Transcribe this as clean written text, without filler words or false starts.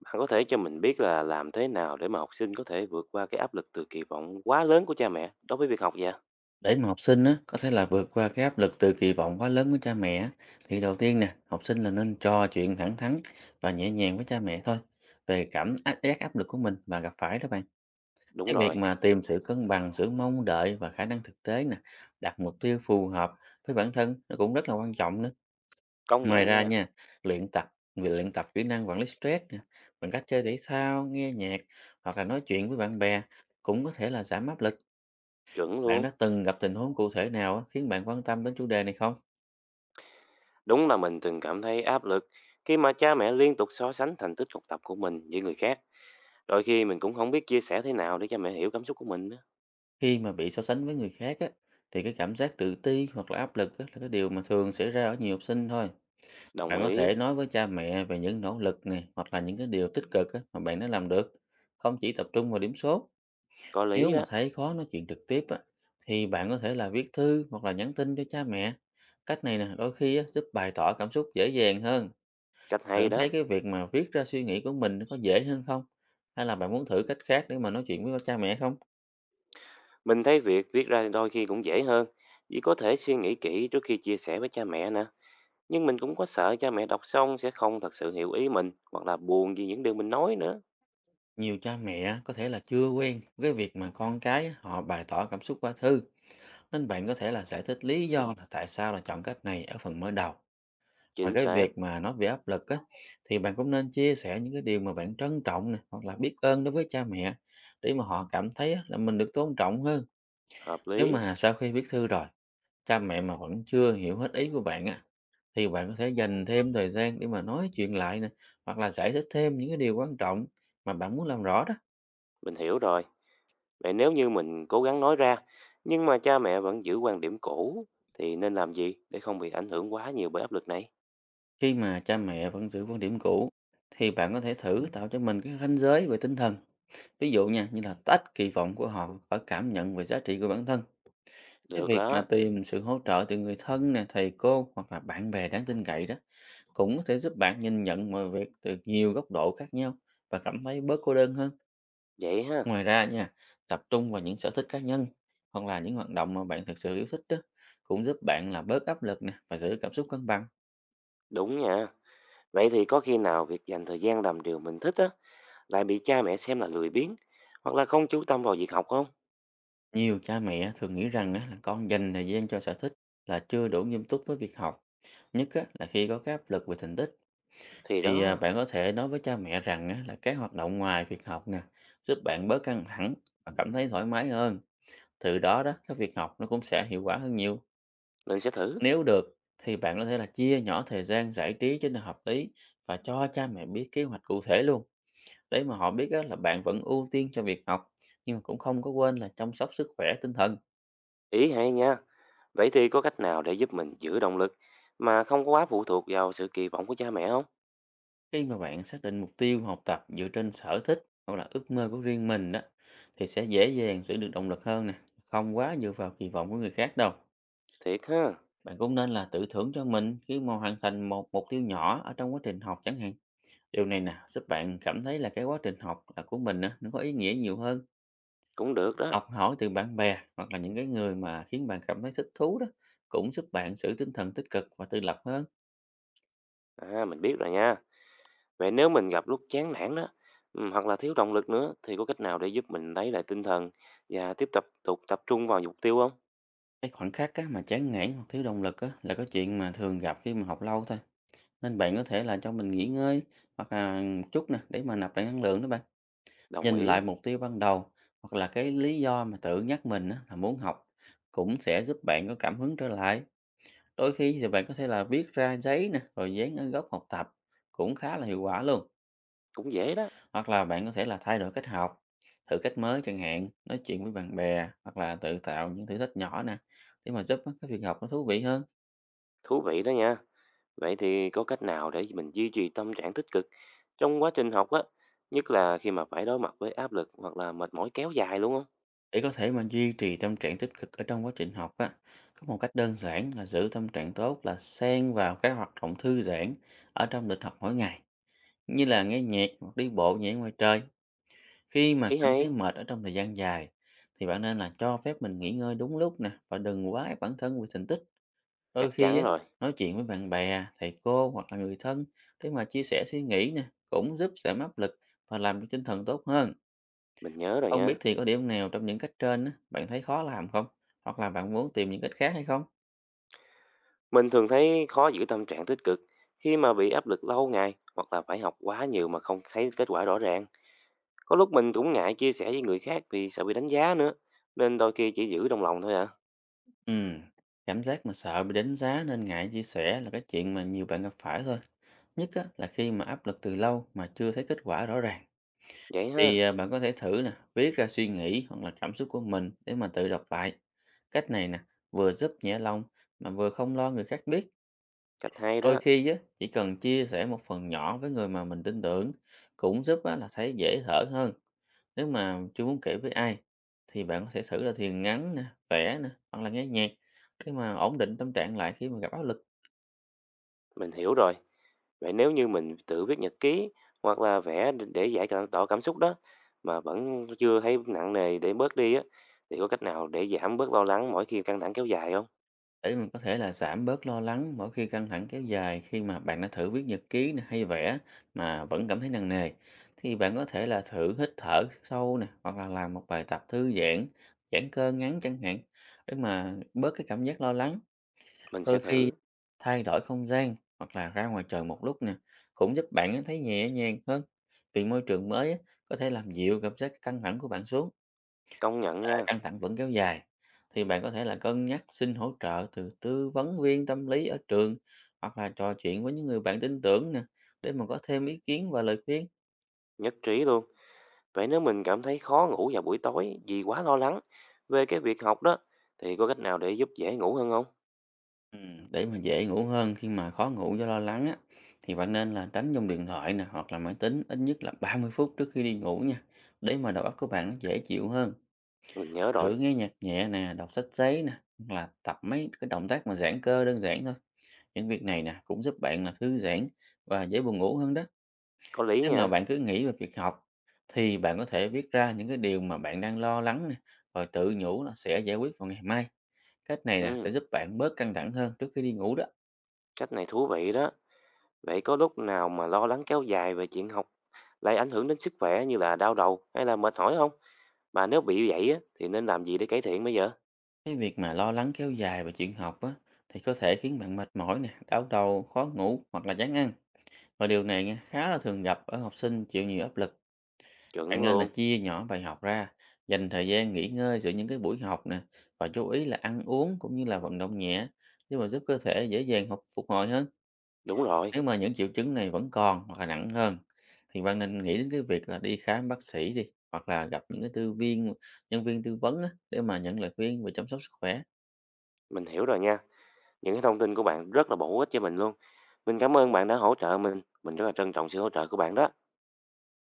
Bạn có thể cho mình biết là làm thế nào để mà học sinh có thể vượt qua cái áp lực từ kỳ vọng quá lớn của cha mẹ đối với việc học vậy? Để mà học sinh á, có thể là vượt qua cái áp lực từ kỳ vọng quá lớn của cha mẹ á, thì đầu tiên nè, học sinh là nên trò chuyện thẳng thắn và nhẹ nhàng với cha mẹ thôi về giác áp lực của mình và gặp phải đó bạn. Đúng Cái việc rồi, mà tìm sự cân bằng giữa mong đợi và khả năng thực tế nè, đặt mục tiêu phù hợp với bản thân nó cũng rất là quan trọng nữa. công Ngoài nhận ra nha, nha, luyện tập kỹ năng quản lý stress nè, bằng cách chơi thể thao, nghe nhạc hoặc là nói chuyện với bạn bè cũng có thể là giảm áp lực. chuẩn Bạn luôn. đã từng gặp tình huống cụ thể nào á, khiến bạn quan tâm đến chủ đề này không? Đúng là mình từng cảm thấy áp lực khi mà cha mẹ liên tục so sánh thành tích học tập của mình với người khác. Đôi khi mình cũng không biết chia sẻ thế nào để cha mẹ hiểu cảm xúc của mình. Đó. Khi mà bị so sánh với người khác á, thì cái cảm giác tự ti hoặc là áp lực á, là cái điều mà thường xảy ra ở nhiều học sinh thôi. Đồng Bạn có ý, thể nói với cha mẹ về những nỗ lực này hoặc là những cái điều tích cực á, mà bạn đã làm được, không chỉ tập trung vào điểm số. có Nếu lý mà đó, thấy khó nói chuyện trực tiếp á, thì bạn có thể là viết thư hoặc là nhắn tin cho cha mẹ. Cách này nè, đôi khi á, giúp bày tỏ cảm xúc dễ dàng hơn. cách Bạn hay đó. thấy cái việc mà viết ra suy nghĩ của mình nó có dễ hơn không? Hay là bạn muốn thử cách khác để mà nói chuyện với cha mẹ không? Mình thấy việc viết ra đôi khi cũng dễ hơn, chỉ có thể suy nghĩ kỹ trước khi chia sẻ với cha mẹ nè. Nhưng mình cũng có sợ cha mẹ đọc xong sẽ không thật sự hiểu ý mình hoặc là buồn vì những điều mình nói nữa. Nhiều cha mẹ có thể là chưa quen với việc mà con cái á, họ bày tỏ cảm xúc qua thư, nên bạn có thể là giải thích lý do là tại sao là chọn cách này ở phần mới đầu. Ngoài Chính cái xác, việc mà nói về áp lực á, thì bạn cũng nên chia sẻ những cái điều mà bạn trân trọng nè hoặc là biết ơn đối với cha mẹ, để mà họ cảm thấy á, là mình được tôn trọng hơn. hợp Nếu lý, mà sau khi viết thư rồi cha mẹ mà vẫn chưa hiểu hết ý của bạn á, thì bạn có thể dành thêm thời gian để mà nói chuyện lại nè, hoặc là giải thích thêm những cái điều quan trọng mà bạn muốn làm rõ đó. mình hiểu rồi. Vậy nếu như mình cố gắng nói ra, nhưng mà cha mẹ vẫn giữ quan điểm cũ, thì nên làm gì để không bị ảnh hưởng quá nhiều bởi áp lực này? Khi mà cha mẹ vẫn giữ quan điểm cũ, thì bạn có thể thử tạo cho mình cái ranh giới về tinh thần. Ví dụ nha, như là tách kỳ vọng của họ khỏi cảm nhận về giá trị của bản thân. Cái Được việc đó, mà tìm sự hỗ trợ từ người thân nè, thầy cô hoặc là bạn bè đáng tin cậy đó cũng có thể giúp bạn nhìn nhận mọi việc từ nhiều góc độ khác nhau và cảm thấy bớt cô đơn hơn. vậy ha, Ngoài ra nha, tập trung vào những sở thích cá nhân hoặc là những hoạt động mà bạn thực sự yêu thích đó cũng giúp bạn là bớt áp lực nè và giữ cảm xúc cân bằng. đúng nha. Vậy thì có khi nào việc dành thời gian làm điều mình thích á, lại bị cha mẹ xem là lười biếng, hoặc là không chú tâm vào việc học không? Nhiều cha mẹ thường nghĩ rằng á, là con dành thời gian cho sở thích là chưa đủ nghiêm túc với việc học. Nhất á, là khi có cái áp lực về thành tích, Thì thì đó, bạn có thể nói với cha mẹ rằng á, là các hoạt động ngoài việc học nè giúp bạn bớt căng thẳng và cảm thấy thoải mái hơn. Từ đó đó, cái việc học nó cũng sẽ hiệu quả hơn nhiều. mình sẽ thử. Nếu được thì bạn có thể là chia nhỏ thời gian giải trí cho nó hợp lý và cho cha mẹ biết kế hoạch cụ thể luôn, để mà họ biết á, là bạn vẫn ưu tiên cho việc học nhưng mà cũng không có quên là chăm sóc sức khỏe tinh thần. Ý hay nha. Vậy thì có cách nào để giúp mình giữ động lực mà không có quá phụ thuộc vào sự kỳ vọng của cha mẹ không? Khi mà bạn xác định mục tiêu học tập dựa trên sở thích hoặc là ước mơ của riêng mình đó, thì sẽ dễ dàng giữ được động lực hơn nè, không quá dựa vào kỳ vọng của người khác đâu. Thiệt ha, Bạn cũng nên là tự thưởng cho mình khi mà hoàn thành một mục tiêu nhỏ ở trong quá trình học chẳng hạn, điều này nè giúp bạn cảm thấy là cái quá trình học là của mình á, nó có ý nghĩa nhiều hơn. cũng được đó. Học hỏi từ bạn bè hoặc là những cái người mà khiến bạn cảm thấy thích thú đó cũng giúp bạn giữ tinh thần tích cực và tự lập hơn. À, mình biết rồi nha. Vậy nếu mình gặp lúc chán nản đó, ừ, hoặc là thiếu động lực nữa, thì có cách nào để giúp mình lấy lại tinh thần và tiếp tục tục tập trung vào mục tiêu không? Cái khoảnh khắc á, mà chán nản hoặc thiếu động lực á, là cái chuyện mà thường gặp khi mà học lâu thôi. Nên bạn có thể là cho mình nghỉ ngơi hoặc là một chút nè để mà nạp lại năng lượng đó bạn. Đồng Nhìn ý, lại mục tiêu ban đầu hoặc là cái lý do mà tự nhắc mình á, là muốn học cũng sẽ giúp bạn có cảm hứng trở lại. Đôi khi thì bạn có thể là viết ra giấy nè rồi dán ở góc học tập, cũng khá là hiệu quả luôn. cũng dễ đó. Hoặc là bạn có thể là thay đổi cách học, thử cách mới chẳng hạn, nói chuyện với bạn bè hoặc là tự tạo những thử thách nhỏ nè, để mà giúp á, cái việc học nó thú vị hơn. Thú vị đó nha. Vậy thì có cách nào để mình duy trì tâm trạng tích cực trong quá trình học á, nhất là khi mà phải đối mặt với áp lực hoặc là mệt mỏi kéo dài luôn không? Để có thể mà duy trì tâm trạng tích cực ở trong quá trình học á, có một cách đơn giản là giữ tâm trạng tốt là xen vào các hoạt động thư giãn ở trong lịch học mỗi ngày, như là nghe nhạc hoặc đi bộ nhẹ ngoài trời. Khi mà Ý cảm thấy hay, mệt ở trong thời gian dài thì bạn nên là cho phép mình nghỉ ngơi đúng lúc nè và đừng quá ép bản thân vì thành tích. Đôi chắc khi chắn á, rồi, nói chuyện với bạn bè, thầy cô hoặc là người thân để mà chia sẻ suy nghĩ nè, cũng giúp giảm áp lực và làm cho tinh thần tốt hơn. mình nhớ rồi Không nha. biết thì có điểm nào trong những cách trên á, bạn thấy khó làm không? Hoặc là bạn muốn tìm những cách khác hay không? Mình thường thấy khó giữ tâm trạng tích cực khi mà bị áp lực lâu ngày hoặc là phải học quá nhiều mà không thấy kết quả rõ ràng. Có lúc mình cũng ngại chia sẻ với người khác vì sợ bị đánh giá nữa, nên đôi khi chỉ giữ trong lòng thôi à. Ừm, Cảm giác mà sợ bị đánh giá nên ngại chia sẻ là cái chuyện mà nhiều bạn gặp phải thôi. Nhất á, là khi mà áp lực từ lâu mà chưa thấy kết quả rõ ràng. Vậy ha, Bạn có thể thử nè, viết ra suy nghĩ hoặc là cảm xúc của mình để mà tự đọc lại. Cách này nè, vừa giúp nhẹ lòng mà vừa không lo người khác biết. cách hay Đôi đó, khi á, chỉ cần chia sẻ một phần nhỏ với người mà mình tin tưởng cũng giúp á, là thấy dễ thở hơn. Nếu mà chưa muốn kể với ai thì bạn có thể thử là thiền ngắn nè, vẽ nè hoặc là nghe nhạc để mà ổn định tâm trạng lại khi mà gặp áp lực. mình hiểu rồi. Vậy nếu như mình tự viết nhật ký hoặc là vẽ để tỏ cảm xúc đó mà vẫn chưa thấy nặng nề để bớt đi á, thì có cách nào để giảm bớt lo lắng mỗi khi căng thẳng kéo dài không? Để mình có thể là giảm bớt lo lắng mỗi khi căng thẳng kéo dài, khi mà bạn đã thử viết nhật ký nè, hay vẽ mà vẫn cảm thấy nặng nề, thì bạn có thể là thử hít thở sâu nè hoặc là làm một bài tập thư giãn giãn cơ ngắn chẳng hạn, để mà bớt cái cảm giác lo lắng. Mình sẽ Đôi khi thử, thay đổi không gian hoặc là ra ngoài trời một lúc nè cũng giúp bạn á thấy nhẹ nhàng hơn, vì môi trường mới á, có thể làm dịu cảm giác căng thẳng của bạn xuống. công nhận À, nha, căng thẳng vẫn kéo dài, thì bạn có thể là cân nhắc xin hỗ trợ từ tư vấn viên tâm lý ở trường hoặc là trò chuyện với những người bạn tin tưởng nè, để mà có thêm ý kiến và lời khuyên. nhất trí luôn. Vậy nếu mình cảm thấy khó ngủ vào buổi tối vì quá lo lắng về cái việc học đó, thì có cách nào để giúp dễ ngủ hơn không? Để mà dễ ngủ hơn khi mà khó ngủ do lo lắng á, thì bạn nên là tránh dùng điện thoại nè hoặc là máy tính ít nhất là 30 phút trước khi đi ngủ nha, để mà đầu óc của bạn nó dễ chịu hơn. Mình nhớ rồi, Thử nghe nhạc nhẹ nè, đọc sách giấy nè, hoặc là tập mấy cái động tác mà giãn cơ đơn giản thôi. Những việc này nè cũng giúp bạn là thư giãn và dễ buồn ngủ hơn đó. có lý Nếu mà nha. bạn cứ nghĩ về việc học thì bạn có thể viết ra những cái điều mà bạn đang lo lắng nè, rồi tự nhủ là sẽ giải quyết vào ngày mai. Cách này nè Ừ, sẽ giúp bạn bớt căng thẳng hơn trước khi đi ngủ đó. cách này thú vị đó. Vậy có lúc nào mà lo lắng kéo dài về chuyện học lại ảnh hưởng đến sức khỏe như là đau đầu hay là mệt mỏi không? Mà nếu bị vậy á, thì nên làm gì để cải thiện bây giờ? Cái việc mà lo lắng kéo dài về chuyện học á, thì có thể khiến bạn mệt mỏi nè, đau đầu, khó ngủ hoặc là chán ăn. Và điều này nha, khá là thường gặp ở học sinh chịu nhiều áp lực. Bạn Chuẩn nên là luôn. chia nhỏ bài học ra, dành thời gian nghỉ ngơi giữa những cái buổi học nè, và chú ý là ăn uống cũng như là vận động nhẹ để mà giúp cơ thể dễ dàng phục hồi hơn. Đúng rồi, Nếu mà những triệu chứng này vẫn còn hoặc là nặng hơn thì bạn nên nghĩ đến cái việc là đi khám bác sĩ đi, hoặc là gặp những cái tư viên nhân viên tư vấn á, để mà nhận lời khuyên về chăm sóc sức khỏe. mình hiểu rồi nha. Những cái thông tin của bạn rất là bổ ích cho mình luôn. Mình cảm ơn bạn đã hỗ trợ mình. Mình rất là trân trọng sự hỗ trợ của bạn đó.